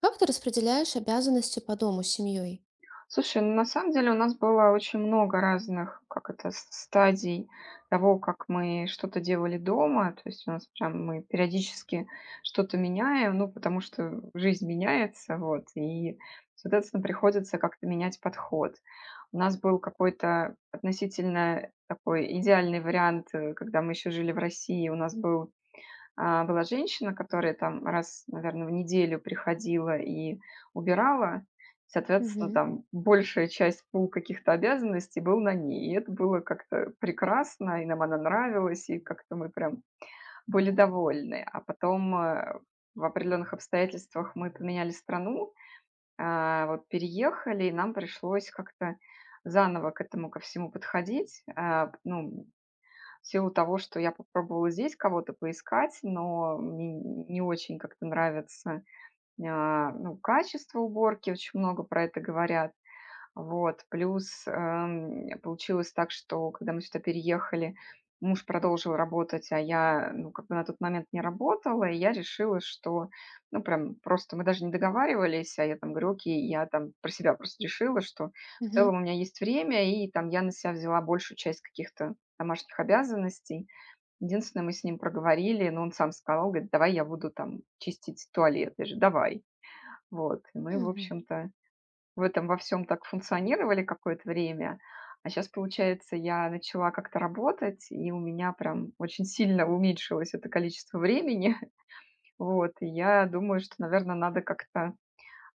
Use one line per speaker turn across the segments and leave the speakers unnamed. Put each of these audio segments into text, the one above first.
Как ты распределяешь обязанности по дому с семьей?
Слушай, ну, на самом деле у нас было очень много разных, как это, стадий того, как мы что-то делали дома. То есть у нас прям мы периодически что-то меняем, ну, потому что жизнь меняется, вот, и, соответственно, приходится как-то менять подход. У нас был какой-то относительно такой идеальный вариант, когда мы еще жили в России, у нас была женщина, которая там раз, наверное, в неделю приходила и убирала. Соответственно,
Мгм.
там большая часть пул каких-то обязанностей был на ней. И это было как-то прекрасно, и нам она нравилась, и как-то мы прям были довольны. А потом, в определенных обстоятельствах мы поменяли страну, вот переехали, и нам пришлось как-то заново к этому ко всему подходить. Ну, в силу того, что я попробовала здесь кого-то поискать, но мне не очень как-то нравится, ну, качество уборки, очень много про это говорят. Вот, плюс, получилось так, что когда мы сюда переехали, муж продолжил работать, а я, ну, как бы на тот момент не работала, и я решила, что, ну, прям просто мы даже не договаривались, а я там говорю: «Окей». Я там про себя просто решила, что в
Мгм.
целом у меня есть время, и там я на себя взяла большую часть каких-то домашних обязанностей. Единственное, мы с ним проговорили, но он сам сказал, говорит: «Давай я буду там чистить туалет». Я говорю: «Давай». Вот, и мы, в
Мгм.
общем-то, в этом во всем так функционировали какое-то время. А сейчас получается, я начала как-то работать, и у меня прям очень сильно уменьшилось это количество времени. Вот, и я думаю, что, наверное, надо как-то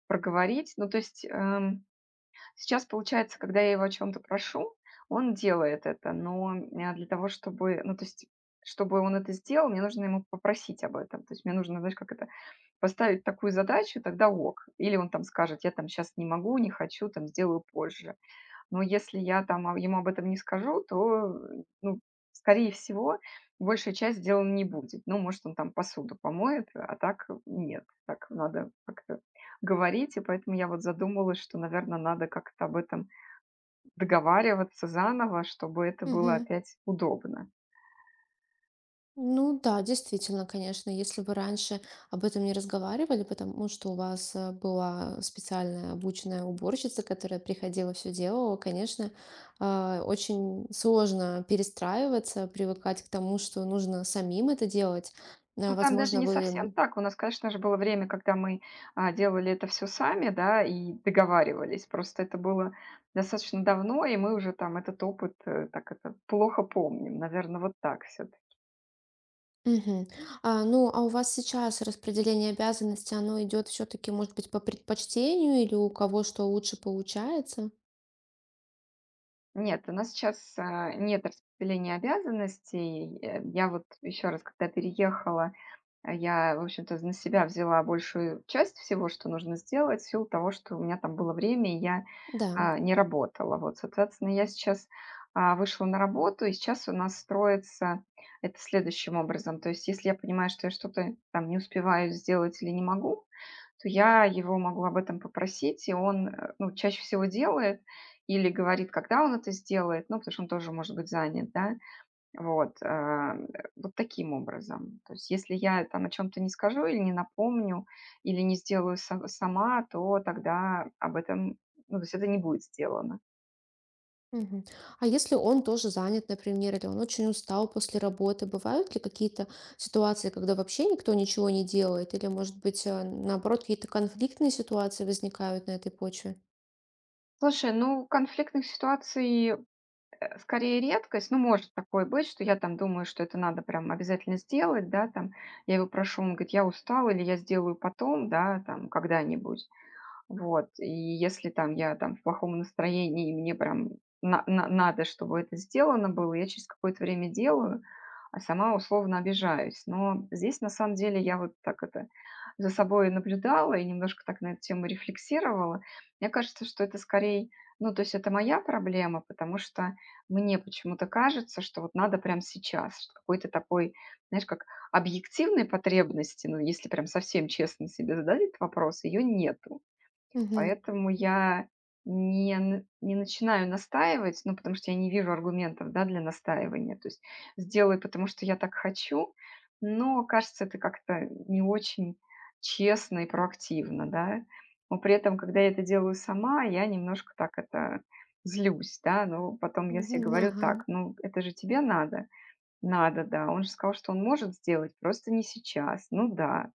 проговорить. Ну, то есть, сейчас получается, когда я его о чем то прошу, он делает это, но, для того, чтобы, ну, то есть, чтобы он это сделал, мне нужно ему попросить об этом. То есть мне нужно, знаешь, как это, поставить такую задачу, тогда ок. Или он там скажет: «Я там сейчас не могу, не хочу, там сделаю позже». Но если я там ему об этом не скажу, то, ну, скорее всего, большая часть дела не будет. Ну, может, он там посуду помоет, а так нет. Так надо как-то говорить. И поэтому я вот задумалась, что, наверное, надо как-то об этом договариваться заново, чтобы это было
Мгм.
опять удобно.
Ну да, действительно, конечно, если вы раньше об этом не разговаривали, потому что у вас была специальная обученная уборщица, которая приходила, все делала, конечно, очень сложно перестраиваться, привыкать к тому, что нужно самим это делать.
Ну, там даже
Возможно,
не совсем
вы
так. У нас, конечно же, было время, когда мы, делали это все сами, да, и договаривались. Просто это было достаточно давно, и мы уже там этот опыт, так это, плохо помним, наверное, вот так все таки.
Мгм. Ну, а у вас сейчас распределение обязанностей, оно идет все-таки, может быть, по предпочтению или у кого что лучше получается?
Нет, у нас сейчас, нет распределения обязанностей. Я вот еще раз, когда переехала, а я, в общем-то, з на себя взяла большую часть всего, что нужно сделать, в силу того, что у меня там было время, и я,
Да.
не работала. Вот, соответственно, я сейчас, вышла на работу, и сейчас у нас строится это следующим образом. То есть, если я понимаю, что я что-то там не успеваю сделать или не могу, то я его могу об этом попросить, и он, ну, чаще всего делает или говорит, когда он это сделает, ну, потому что он тоже может быть занят, да. Вот, вот таким образом. То есть если я там о чем то не скажу или не напомню, или не сделаю са сама, то тогда об этом, ну, то есть это не будет сделано.
Мгм. А если он тоже занят, например, или он очень устал после работы, бывают ли какие-то ситуации, когда вообще никто ничего не делает? Или, может быть, наоборот, какие-то конфликтные ситуации возникают на этой почве?
Слушай, ну, конфликтных ситуаций, скорее редкость. Ну, может такое быть, что я там думаю, что это надо прям обязательно сделать, да, там. Я его прошу, он говорит: «Я устал», или «Я сделаю потом», да, там, когда-нибудь. Вот, и если там я там в плохом настроении, и мне прям на надо, чтобы это сделано было, я через какое-то время делаю, а сама условно обижаюсь. Но здесь на самом деле я вот так это за собой наблюдала и немножко так на эту тему рефлексировала. Мне кажется, что это скорее, ну, то есть это моя проблема, потому что мне почему-то кажется, что вот надо прям сейчас, что какой-то такой, знаешь, как объективной потребности, ну, если прям совсем честно себе задать этот вопрос, ее нет.
Мгм.
Поэтому я не начинаю настаивать, ну, потому что я не вижу аргументов, да, для настаивания. То есть сделай, потому что я так хочу, но, кажется, это как-то не очень честно и проактивно, да. Но при этом, когда я это делаю сама, я немножко так это злюсь, да. Но потом я себе
Мгм.
говорю
Ага.
так: «Ну, это же тебе надо. Надо, да. Он же сказал, что он может сделать, просто не сейчас. Ну да».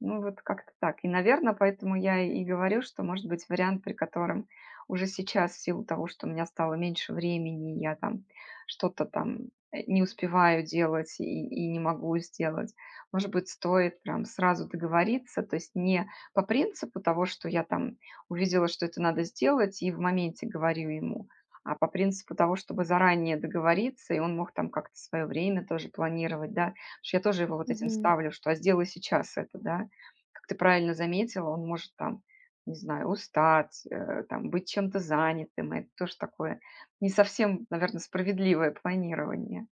Ну, вот как-то так. И, наверное, поэтому я и говорю, что, может быть, вариант, при котором уже сейчас, в силу того, что у меня стало меньше времени, я там что-то там не успеваю делать и не могу сделать, может быть, стоит прям сразу договориться, то есть не по принципу того, что я там увидела, что это надо сделать, и в моменте говорю ему, а по принципу того, чтобы заранее договориться, и он мог там как-то свое время тоже планировать, да, что я тоже его вот этим
Мгм.
ставлю, что сделай сейчас это, да, как ты правильно заметила, он может там, не знаю, устать, там, быть чем-то занятым. Это тоже такое не совсем, наверное, справедливое планирование.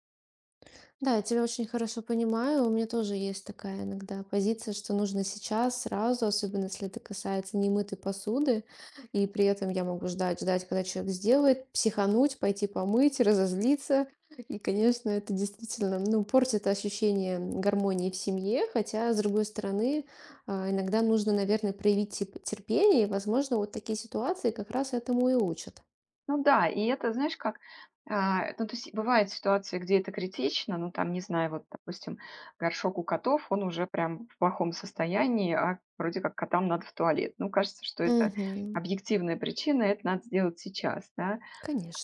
Да, я тебя очень хорошо понимаю. У меня тоже есть такая иногда позиция, что нужно сейчас, сразу, особенно если это касается немытой посуды. И при этом я могу ждать, ждать, когда человек сделает, психануть, пойти помыть, разозлиться. И, конечно, это действительно, ну, портит ощущение гармонии в семье. Хотя, с другой стороны, иногда нужно, наверное, проявить терпение. И, возможно, вот такие ситуации как раз этому и учат.
Ну да, и это, знаешь, как, ну, то есть бывают ситуации, где это критично, ну, там, не знаю, вот, допустим, горшок у котов, он уже прям в плохом состоянии, а вроде как котам надо в туалет. Ну, кажется, что это
Угу,
объективная причина, это надо сделать сейчас, да.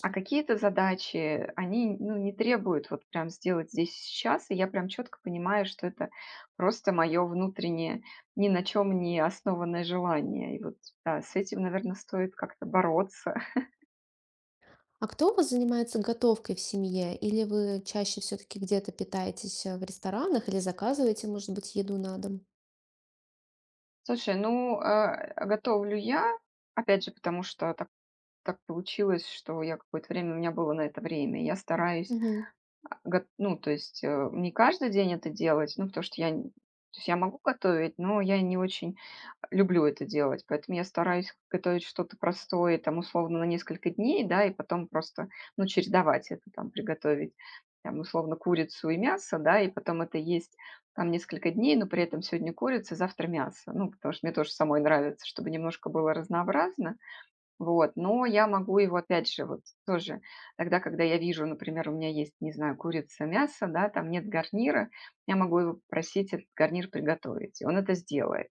А какие-то задачи, они, ну, не требуют вот прям сделать здесь и сейчас, и я прям четко понимаю, что это просто мое внутреннее, ни на чем не основанное желание. И вот, да, с этим, наверное, стоит как-то бороться.
А кто у вас занимается готовкой в семье? Или вы чаще все-таки где-то питаетесь в ресторанах или заказываете, может быть, еду на дом?
Слушай, ну, готовлю я, опять же, потому что так получилось, что я какое-то время, у меня было на это время. Я стараюсь,
Мгм.
ну, то есть не каждый день это делать, ну, потому что я, то есть я могу готовить, но я не очень люблю это делать, поэтому я стараюсь готовить что-то простое, там, условно, на несколько дней, да, и потом просто, ну, чередовать это, там, приготовить, там, условно, курицу и мясо, да, и потом это есть, там, несколько дней, но при этом сегодня курица, завтра мясо, ну, потому что мне тоже самой нравится, чтобы немножко было разнообразно, вот, но я могу его, опять же, вот, тоже, тогда, когда я вижу, например, у меня есть, не знаю, курица, мясо, да, там нет гарнира, я могу его попросить этот гарнир приготовить, и он это сделает.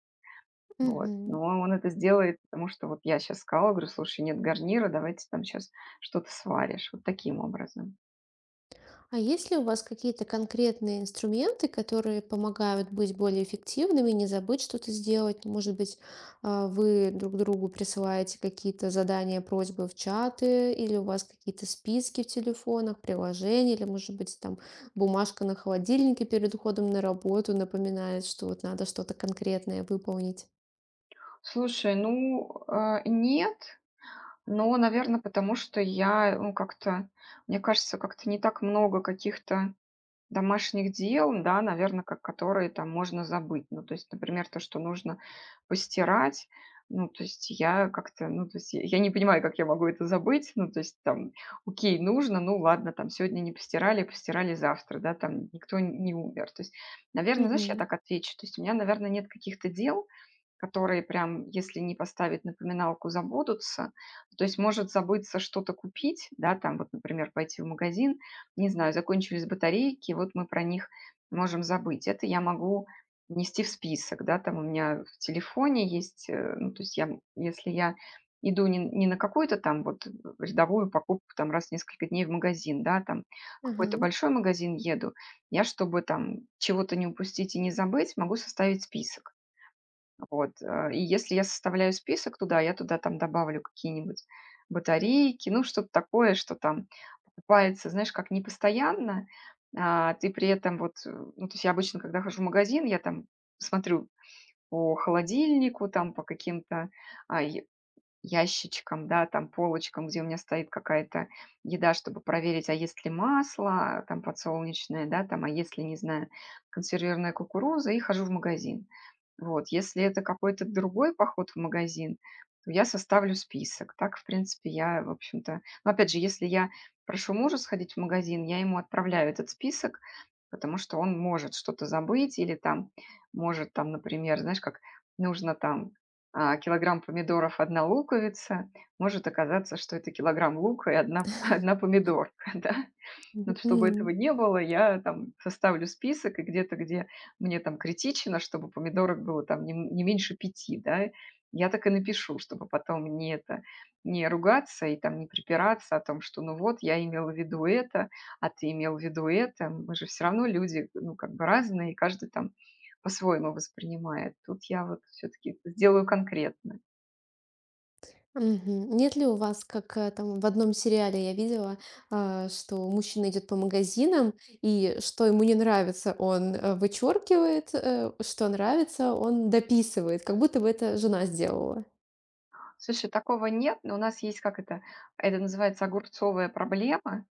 Вот.
Мгм.
Но он это сделает, потому что вот я сейчас сказала, говорю, слушай, нет гарнира, давайте там сейчас что-то сваришь. Вот таким образом.
А есть ли у вас какие-то конкретные инструменты, которые помогают быть более эффективными, не забыть что-то сделать? Может быть, вы друг другу присылаете какие-то задания, просьбы в чаты, или у вас какие-то списки в телефонах, приложения, или, может быть, там бумажка на холодильнике перед уходом на работу напоминает, что вот надо что-то конкретное выполнить?
Слушай, ну, нет, но, наверное, потому что я, ну, как-то, мне кажется, как-то не так много каких-то домашних дел, да, наверное, как которые там можно забыть. Ну, то есть, например, то, что нужно постирать. Ну, то есть я как-то, ну, то есть я не понимаю, как я могу это забыть. Ну, то есть там, окей, нужно, ну ладно, там сегодня не постирали, постирали завтра, да, там никто не умер. То есть, наверно, знаешь, я
Мгм.
так отвечу, то есть у меня, наверное, нет каких-то дел, которые прям, если не поставить напоминалку, забудутся. То есть может забыться что-то купить, да, там вот, например, пойти в магазин, не знаю, закончились батарейки, вот мы про них можем забыть. Это я могу внести в список, да, там у меня в телефоне есть, ну, то есть я, если я иду не на какую-то там вот рядовую покупку там раз в несколько дней в магазин, да, там в
Ага.
какой-то большой магазин еду, я, чтобы там чего-то не упустить и не забыть, могу составить список. Вот, и если я составляю список туда, я туда там добавлю какие-нибудь батарейки, ну, что-то такое, что там покупается, знаешь, как не постоянно, ты при этом вот, ну, то есть я обычно, когда хожу в магазин, я там смотрю по холодильнику, там по каким-то а, я- ящичкам, да, там полочкам, где у меня стоит какая-то еда, чтобы проверить, а есть ли масло, там подсолнечное, да, там, а есть ли, не знаю, консервированная кукуруза, и хожу в магазин. Вот, если это какой-то другой поход в магазин, то я составлю список. Так, в принципе, я, в общем-то. Но опять же, если я прошу мужа сходить в магазин, я ему отправляю этот список, потому что он может что-то забыть или там может там, например, знаешь, как нужно там, килограмм помидоров, одна луковица. Может оказаться, что это килограмм лука и одна одна помидорка, да. Вот чтобы этого
Мгм.
не было, я там составлю список, и где-то, где мне там критично, чтобы помидорок было там не меньше пяти, да, я так и напишу, чтобы потом не это, не ругаться и там не припираться о том, что ну вот, я имела в виду это, а ты имел в виду это. Мы же все равно люди, ну, как бы разные, и каждый там по-своему воспринимает. Тут я вот все-таки сделаю конкретно.
Мгм. Нет ли у вас, как там в одном сериале я видела, что мужчина идет по магазинам, и что ему не нравится, он вычеркивает, что нравится, он дописывает, как будто бы это жена сделала.
Слушай, такого нет, но у нас есть как это называется огурцовая проблема.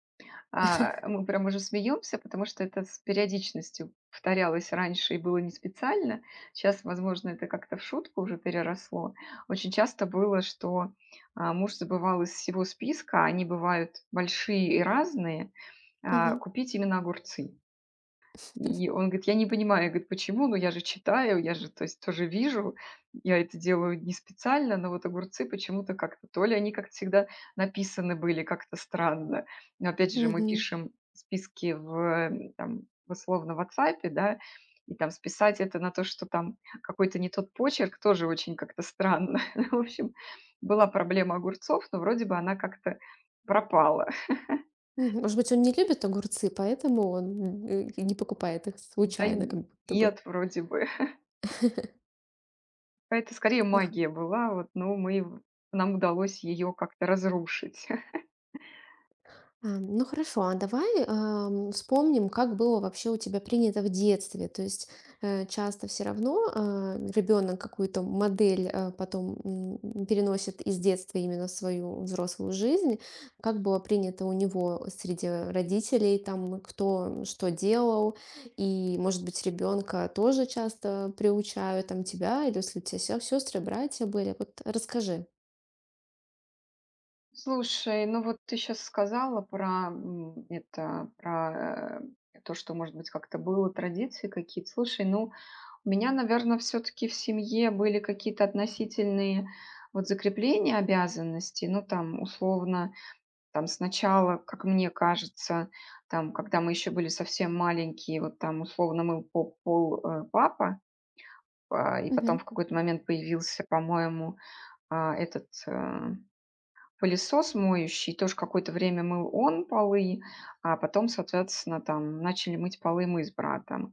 Мы прям уже смеемся, потому что это с периодичностью повторялось раньше и было не специально. Сейчас, возможно, это как-то в шутку уже переросло. Очень часто было, что, муж забывал из всего списка, а они бывают большие и разные,
Мгм.
купить именно огурцы. И он говорит: «Я не понимаю». Я говорю: «Почему? Ну, я же читаю, я же, то есть, тоже вижу. Я это делаю не специально, но вот огурцы почему-то как-то то ли они, как всегда, написаны были как-то странно». Но опять же, мы
Мгм.
пишем списки в, там, в условно, в «Ватсапе», да, и там списать это на то, что там какой-то не тот почерк, тоже очень как-то странно. Ну, в общем, была проблема огурцов, но вроде бы она как-то пропала.
Мгм. Может быть, он не любит огурцы, поэтому он не покупает их
Да
случайно, как будто бы.
нет, вроде бы. Это скорее магия была, вот, но мы в нам удалось ее как-то разрушить.
Ну хорошо, а давай, вспомним, как было вообще у тебя принято в детстве. То есть, часто все равно, ребенок какую-то модель, потом, переносит из детства именно в свою взрослую жизнь. Как было принято у него среди родителей, там, кто что делал. И, может быть, ребенка тоже часто приучают, там, тебя или если у тебя се сестры, братья были. Вот расскажи.
Слушай, ну вот ты сейчас сказала про, это, про, то, что, может быть, как-то было, традиции какие-то. Слушай, ну, у меня, наверное, все таки в семье были какие-то относительные вот закрепления обязанностей. Ну, там, условно, там сначала, как мне кажется, там, когда мы еще были совсем маленькие, вот там, условно, мыл по пол, папа. И потом
Мгм.
в какой-то момент появился, по-моему, этот, пылесос моющий. Тоже какое-то время мыл он полы, а потом, соответственно, там начали мыть полы мы с братом.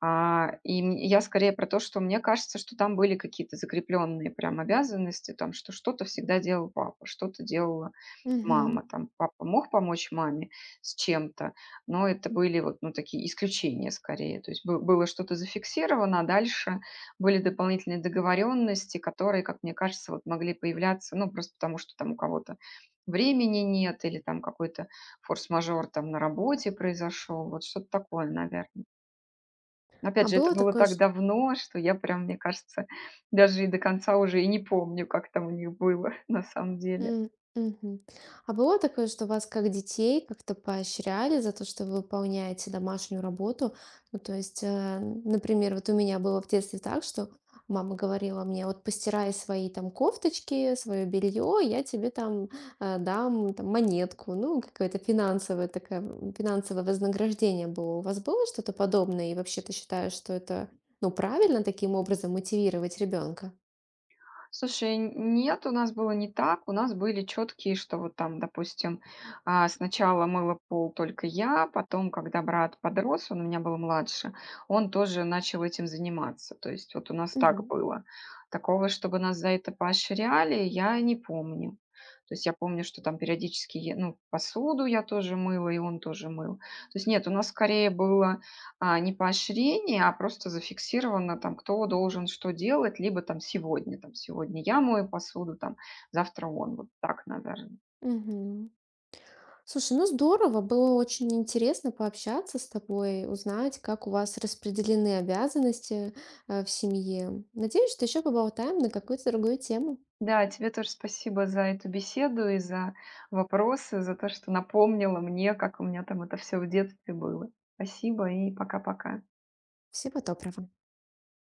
И мь я скорее про то, что мне кажется, что там были какие-то закрепленные прям обязанности, там, что что-то всегда делал папа, что-то делала
Мгм.
мама. Там папа мог помочь маме с чем-то, но это были вот, ну, такие исключения скорее. То есть бы было что-то зафиксировано, а дальше были дополнительные договоренности, которые, как мне кажется, вот могли появляться, ну, просто потому что там у кого-то времени нет или там какой-то форс-мажор там на работе произошел. Вот что-то такое, наверное.
А
Опять же, это
было
было
такое,
так давно, что я прям, мне кажется, даже и до конца уже и не помню, как там у них было на самом деле.
М, мгм. А было такое, что вас как детей как-то поощряли за то, что вы выполняете домашнюю работу? Ну, то есть, например, вот у меня было в детстве так, что мама говорила мне, вот постирай свои там кофточки, свое белье, я тебе там дам там, монетку, ну, какое-то финансовое такое, финансовое вознаграждение было. У вас было что-то подобное? И вообще ты считаешь, что это, ну, правильно таким образом мотивировать ребенка?
Слушай, нет, у нас было не так. У нас были четкие, что вот там, допустим, сначала мыла пол только я, потом, когда брат подрос, он у меня был младше, он тоже начал этим заниматься. То есть вот у нас так было. Такого, чтобы нас за это поощряли, я не помню. То есть я помню, что там периодически я ну, посуду я тоже мыла, и он тоже мыл. То есть нет, у нас скорее было не поощрение, а просто зафиксировано там, кто должен что делать, либо там сегодня, я мою посуду, там завтра он, вот так, наверное.
Угу. Слушай, ну здорово, было очень интересно пообщаться с тобой, узнать, как у вас распределены обязанности, в семье. Надеюсь, что еще поболтаем на какую-то другую тему.
Да, тебе тоже спасибо за эту беседу и за вопросы, за то, что напомнила мне, как у меня там это все в детстве было. Спасибо и пока-пока.
Всего доброго.